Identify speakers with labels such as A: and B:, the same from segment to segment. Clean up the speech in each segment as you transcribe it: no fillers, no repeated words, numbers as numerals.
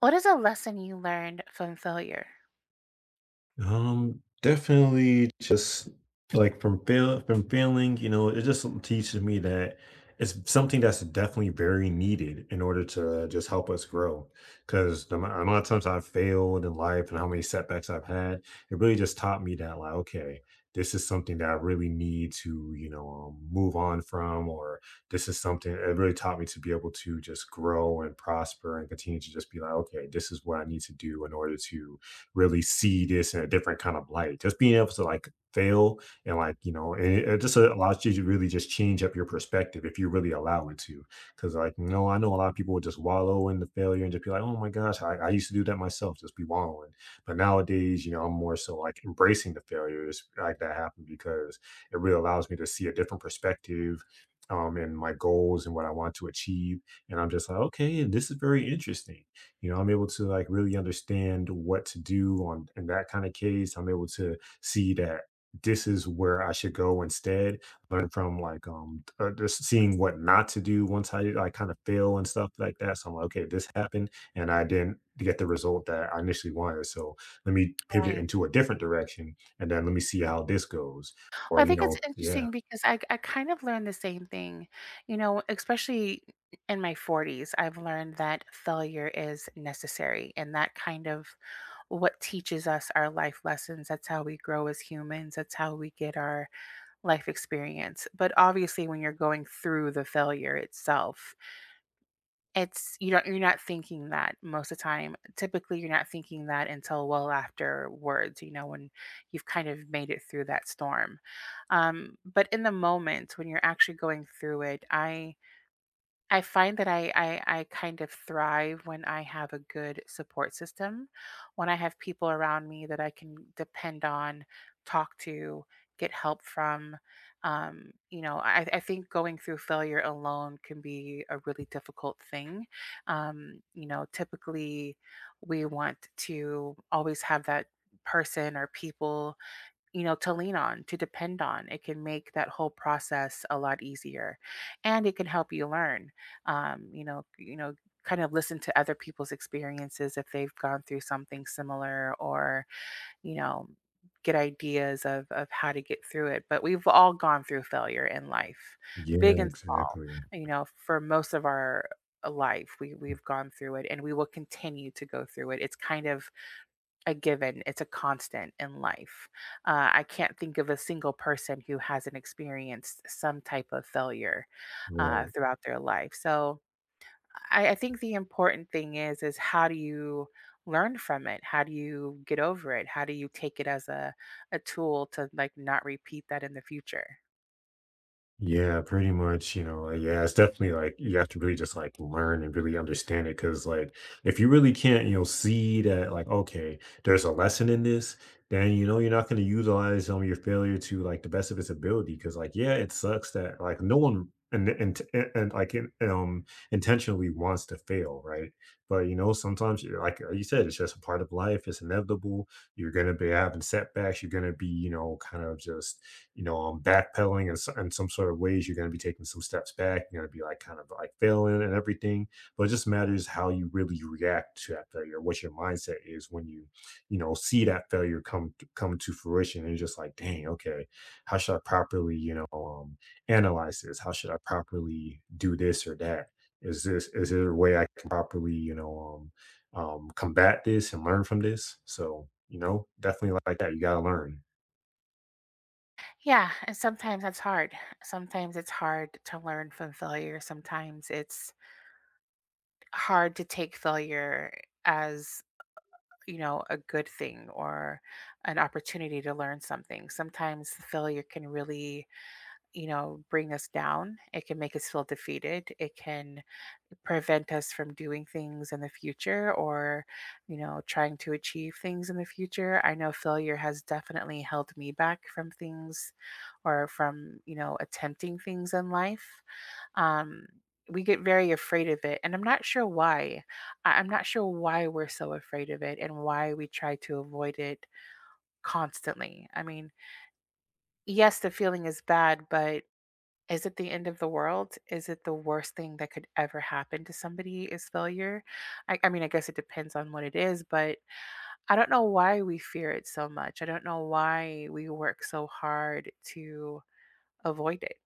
A: What is a lesson you learned from failure?
B: Definitely just like from failing, you know, it just teaches me that it's something that's definitely very needed in order to just help us grow. Because the amount of times I've failed in life and how many setbacks I've had, it really just taught me that like, okay, this is something that I really need to, you know, move on from, or this is something it really taught me to be able to just grow and prosper and continue to just be like, okay, this is what I need to do in order to really see this in a different kind of light. Just being able to like fail and like, you know, and it just allows you to really just change up your perspective if you really allow it to. Cause like, you know, I know a lot of people would just wallow in the failure and just be like, oh my gosh, I used to do that myself, just be wallowing. But nowadays, you know, I'm more so like embracing the failures like that happen because it really allows me to see a different perspective and my goals and what I want to achieve. And I'm just like, okay, this is very interesting. You know, I'm able to like really understand what to do on in that kind of case. I'm able to see that this is where I should go instead. Learn from just seeing what not to do once I kind of fail and stuff like that. So I'm like, okay, this happened and I didn't get the result that I initially wanted. So let me pivot
A: Right.
B: into a different direction and then let me see how this goes.
A: Well, I
B: Or you
A: think it's
B: know, yeah,
A: interesting because I kind of learned the same thing, you know, especially in my 40s. I've learned that failure is necessary, and that kind of what teaches us our life lessons. That's how we grow as humans, that's how we get our life experience. But obviously, when you're going through the failure itself, It's you don't you're not thinking that most of the time. Typically, you're not thinking that until well afterwards, you know, when you've kind of made it through that storm. But in the moment when you're actually going through it, I find that I kind of thrive when I have a good support system, when I have people around me that I can depend on, talk to, get help from. You know, I think going through failure alone can be a really difficult thing. You know, typically we want to always have that person or people, you know, to lean on, to depend on. It can make that whole process a lot easier, and it can help you learn. You know, kind of listen to other people's experiences if they've gone through something similar, or you know, get ideas of how to get through it. But we've all gone through failure in life, big
B: yeah,
A: and small.
B: exactly.
A: You know, for most of our life, we've gone through it, and we will continue to go through it. It's kind of a given, it's a constant in life. I can't think of a single person who hasn't experienced some type of failure
B: Yeah.
A: throughout their life. So I think the important thing is how do you learn from it? How do you get over it? How do you take it as a tool to like not repeat that in the future?
B: Yeah, pretty much, you know, like, yeah, it's definitely like you have to really just like learn and really understand it because like if you really can't, you know, see that like okay, there's a lesson in this, then you know you're not going to utilize your failure to like the best of its ability because like yeah, it sucks that like no one and like in, intentionally wants to fail, right? But you know, sometimes like you said, it's just a part of life. It's inevitable. You're gonna be having setbacks. You're gonna be, you know, kind of just you know, backpedaling in some sort of ways. You're going to be taking some steps back. You're going to be like kind of like failing and everything. But it just matters how you really react to that failure, what your mindset is when you know, see that failure come to fruition. And you're just like, dang, okay, how should I properly, you know, analyze this? How should I properly do this or that? Is there a way I can properly, you know, combat this and learn from this? So you know, definitely like that. You gotta learn.
A: Yeah, and sometimes that's hard. Sometimes it's hard to learn from failure. Sometimes it's hard to take failure as, you know, a good thing or an opportunity to learn something. Sometimes failure can really, you know, bring us down. It can make us feel defeated. It can prevent us from doing things in the future or, you know, trying to achieve things in the future. I know failure has definitely held me back from things or from, you know, attempting things in life. Um, we get very afraid of it, and I'm not sure why. I'm not sure why we're so afraid of it and why we try to avoid it constantly. I mean, yes, the feeling is bad, but is it the end of the world? Is it the worst thing that could ever happen to somebody is failure? I mean, I guess it depends on what it is, but I don't know why we fear it so much. I don't know why we work so hard to avoid it.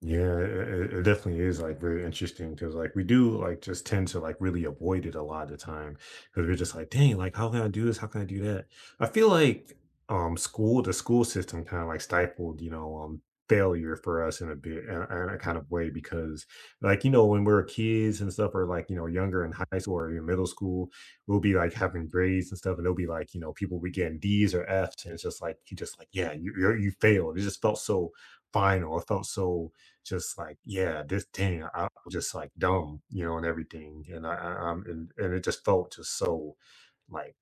B: Yeah, it definitely is like very interesting because like we do like just tend to like really avoid it a lot of the time because we're just like, dang, like how can I do this? How can I do that? I feel like school, the school system kind of like stifled, you know, failure for us in a bit in a kind of way because like you know when we're kids and stuff or like you know younger in high school or in middle school we'll be like having grades and stuff and they'll be like you know people we getting d's or f's and it's just like you just like yeah you failed it just felt so final it felt so just like, "Yeah, this thing, I was just like dumb," you know, and everything, and I I'm and it just felt just so like,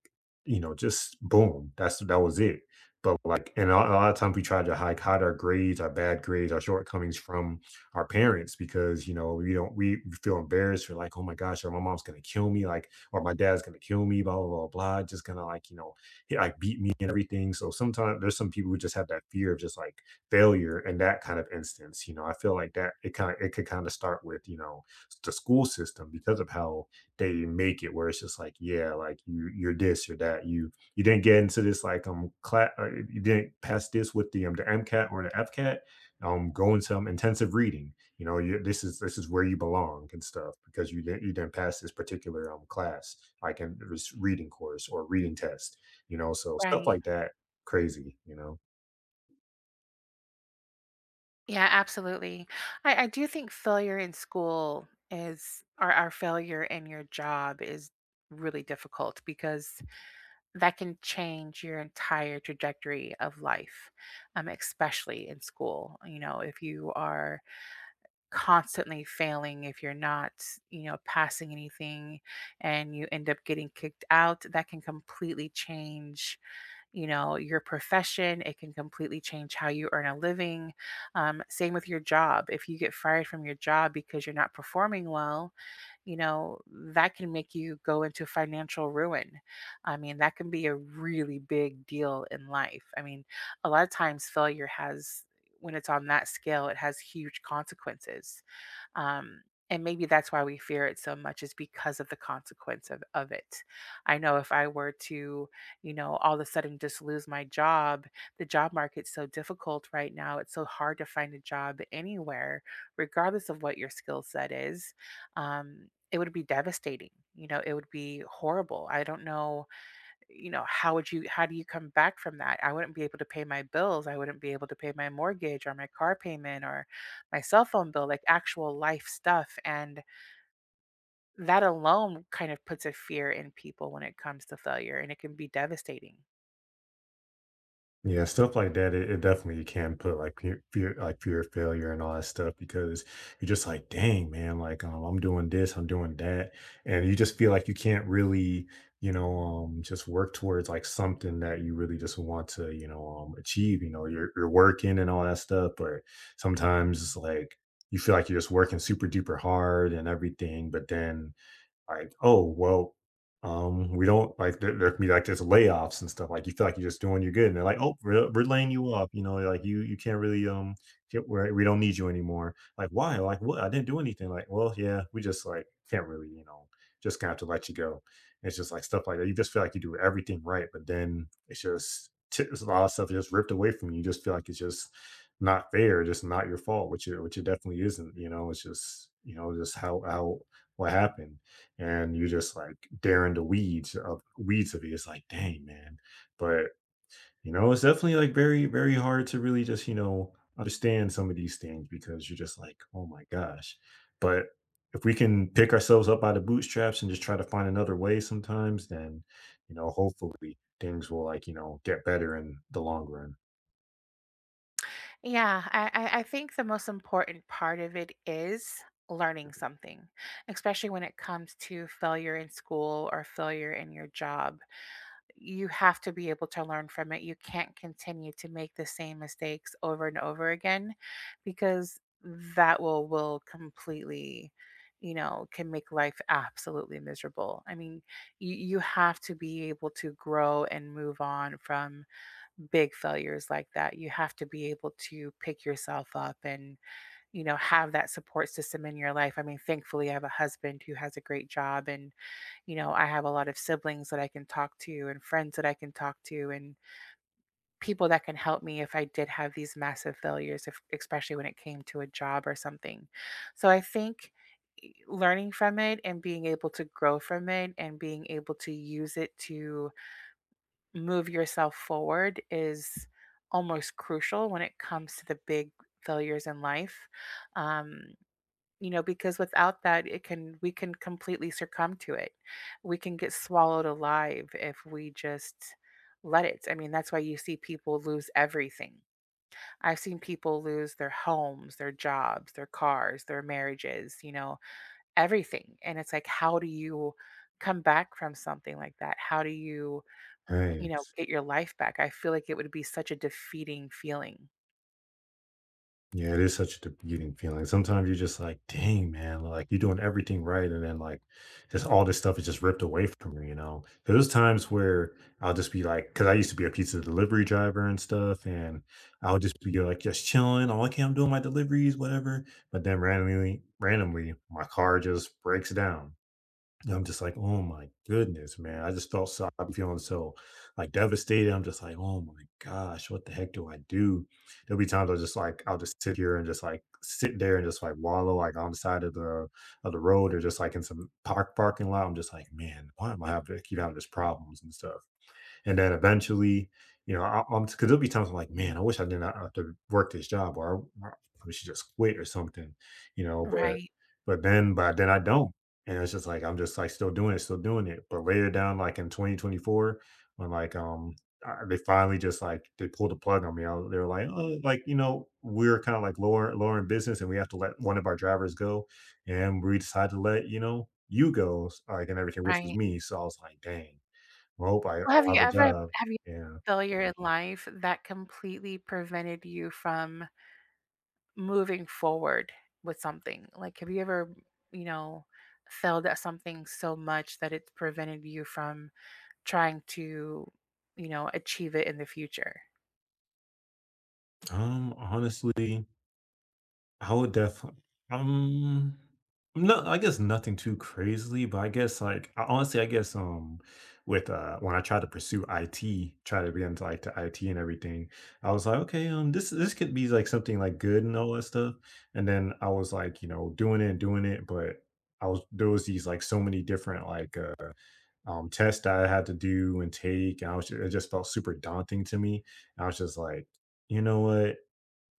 B: you know, just boom, that was it. But like, and a lot of times we try to like hide our grades, our bad grades, our shortcomings from our parents because you know we don't we feel embarrassed. We're like, oh my gosh, or my mom's gonna kill me, like, or my dad's gonna kill me, blah blah blah blah. Just gonna like you know he like beat me and everything. So sometimes there's some people who just have that fear of just like failure and that kind of instance. You know, I feel like that it kind of it could kind of start with you know the school system because of how they make it where it's just like, yeah, like you you're this or that. You didn't get into this like class you didn't pass this with the MCAT or the FCAT. Go into intensive reading. You know, you, this is where you belong and stuff because you didn't pass this particular class like in this reading course or reading test. You know, so stuff
A: Right.
B: like that crazy. You know.
A: Yeah, absolutely. I do think failure in school is or our failure in your job is really difficult because that can change your entire trajectory of life, especially in school. You know, if you are constantly failing, if you're not, you know, passing anything and you end up getting kicked out, that can completely change, you know, your profession. It can completely change how you earn a living, same with your job. If you get fired from your job because you're not performing well, you know, that can make you go into financial ruin. I mean, that can be a really big deal in life. I mean, a lot of times failure has, when it's on that scale, it has huge consequences. um, and maybe that's why we fear it so much, is because of the consequence of, it. I know if I were to, you know, all of a sudden just lose my job, the job market's so difficult right now. It's so hard to find a job anywhere, regardless of what your skill set is. It would be devastating. You know, it would be horrible. I don't know, you know, how do you come back from that? I wouldn't be able to pay my bills. I wouldn't be able to pay my mortgage or my car payment or my cell phone bill, like actual life stuff. And that alone kind of puts a fear in people when it comes to failure, and it can be devastating.
B: Yeah, stuff like that, it definitely can put like like fear of failure and all that stuff because you're just like, dang, man, like I'm doing this, I'm doing that, and you just feel like you can't really, you know, just work towards like something that you really just want to, you know, achieve. You know, you're working and all that stuff, but sometimes it's like you feel like you're just working super duper hard and everything, but then like, "Oh, well, we don't like there can be like just layoffs and stuff. Like you feel like you're just doing your good, and they're like, "Oh, we're laying you off. You know, like you can't really get where we don't need you anymore. Like why? Like what? I didn't do anything. Like well, yeah, we just like can't really you know just gonna have to let you go. It's just like stuff like that. You just feel like you do everything right, but then it's just it's a lot of stuff just ripped away from you. You just feel like it's just not fair, just not your fault, which it definitely isn't. You know, it's just you know just how what happened and you're just like daring the weeds of it. It's like, dang, man. But you know, it's definitely like very hard to really just, you know, understand some of these things because you're just like, oh my gosh. But if we can pick ourselves up by the bootstraps and just try to find another way sometimes, then you know, hopefully things will like, you know, get better in the long run.
A: Yeah, I think the most important part of it is learning something, especially when it comes to failure in school or failure in your job. You have to be able to learn from it. You can't continue to make the same mistakes over and over again, because that will completely, you know, can make life absolutely miserable. I mean, you have to be able to grow and move on from big failures like that. You have to be able to pick yourself up and, you know, have that support system in your life. I mean, thankfully, I have a husband who has a great job, and you know, I have a lot of siblings that I can talk to and friends that I can talk to and people that can help me if I did have these massive failures, if, especially when it came to a job or something. So I think learning from it and being able to grow from it and being able to use it to move yourself forward is almost crucial when it comes to the big failures in life. Um, you know, because without that, it can we can completely succumb to it. We can get swallowed alive if we just let it. I mean, that's why you see people lose everything. I've seen people lose their homes, their jobs, their cars, their marriages, you know, everything. And it's like, how do you come back from something like that? How do you, you
B: Right.
A: know, get your life back? I feel like it would be such a defeating feeling.
B: Yeah, it is such a defeating feeling. Sometimes you're just like, dang, man, like you're doing everything right. And then like just all this stuff is just ripped away from you, you know? 'Cause there's times where I'll just be like, cause I used to be a pizza delivery driver and stuff. And I'll just be like, just chilling. Oh, okay, I'm doing my deliveries, whatever. But then randomly, my car just breaks down. And I'm just like, "Oh my goodness, man." I just felt so I'm feeling so, like, devastated. I'm just like, "Oh my gosh, what the heck do I do?" There'll be times I'll just, I'll just sit here and just, like, sit there and just, like, wallow, like, on the side of the road or just, like, in some parking lot. I'm just like, "Man, why am I having to keep having these problems and stuff?" And then eventually, you know, I, I'm because there'll be times I'm like, man, I wish I did not have to work this job, or I should just quit or something, you know. But
A: Right.
B: but then I don't, and it's just like I'm just like still doing it. But later down, like in 2024, when like they finally just like they pulled the plug on me. They were like, oh, like you know, we're kind of like lower in business, and we have to let one of our drivers go, and we decided to let you know you go, like and everything, which was
A: Right.
B: me. So I was like, dang. Well, I hope
A: Well,
B: I'll have a job.
A: have you
B: Yeah.
A: failure in life that completely prevented you from moving forward with something? Like, have you ever, you know, failed at something so much that it's prevented you from trying to, you know, achieve it in the future?
B: Honestly, I would definitely. um, no, I guess nothing too crazily, but I guess, like, I honestly, I guess, with, when I tried to pursue IT, try to be into, like, the IT and everything, I was like, "Okay, this could be, like, something, like, good and all that stuff," and then I was, like, you know, doing it, but I was there was these, like, so many different, like, tests that I had to do and take, and I was just, it just felt super daunting to me. And I was just like, you know what?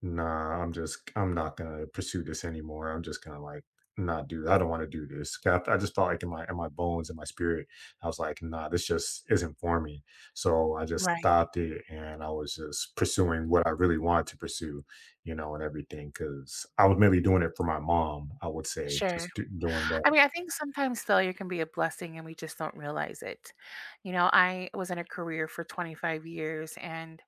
B: Nah, I'm not gonna pursue this anymore. I'm just gonna like not do. I don't want to do this. 'Cause I just felt like in my bones in my spirit, I was like, nah, this just isn't for me. So I just
A: Right.
B: stopped it, and I was just pursuing what I really wanted to pursue, you know, and everything because I was mainly doing it for my mom. I would say
A: Sure.
B: doing
A: I mean, I think sometimes failure can be a blessing and we just don't realize it. You know, I was in a career for 25 years and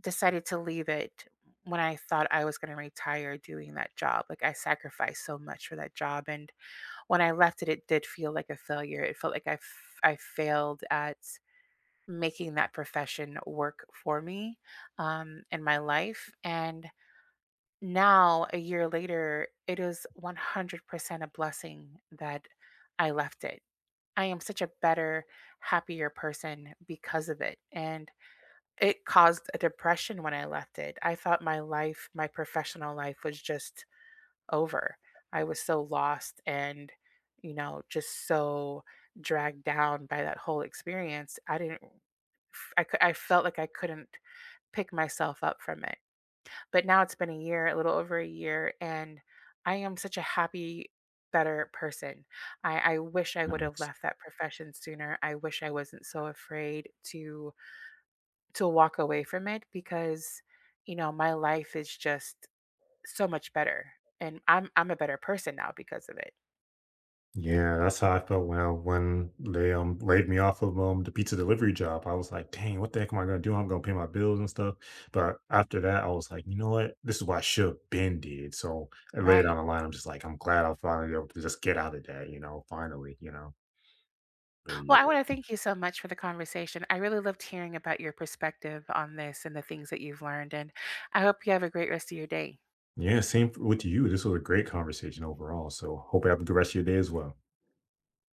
A: decided to leave it when I thought I was going to retire doing that job. Like I sacrificed so much for that job, and when I left it, it did feel like a failure. It felt like I failed at making that profession work for me in my life, and now a year later it is 100% a blessing that I left it. I am such a better, happier person because of it. And it caused a depression when I left it. I thought my life, my professional life was just over. I was so lost and, you know, just so dragged down by that whole experience. I felt like I couldn't pick myself up from it. But now it's been a year, a little over a year, and I am such a happy, better person. I wish I would have
B: that.
A: left that profession sooner. I wish I wasn't so afraid to walk away from it because, you know, my life is just so much better, and I'm a better person now because of it.
B: Yeah, that's how I felt when when they laid me off of the pizza delivery job. I was like, dang, what the heck am I gonna do? I'm gonna pay my bills and stuff. But after that, I was like, you know what? This is what I should have been did. So I laid
A: Right.
B: down the line. I'm just like, I'm glad I finally able to just get out of that, you know, finally, you know. But
A: Well,
B: yeah,
A: I want to thank you so much for the conversation. I really loved hearing about your perspective on this and the things that you've learned, and I hope you have a great rest of your day.
B: yeah, with you. This was a great conversation overall. So hope you have a good rest of your day as well.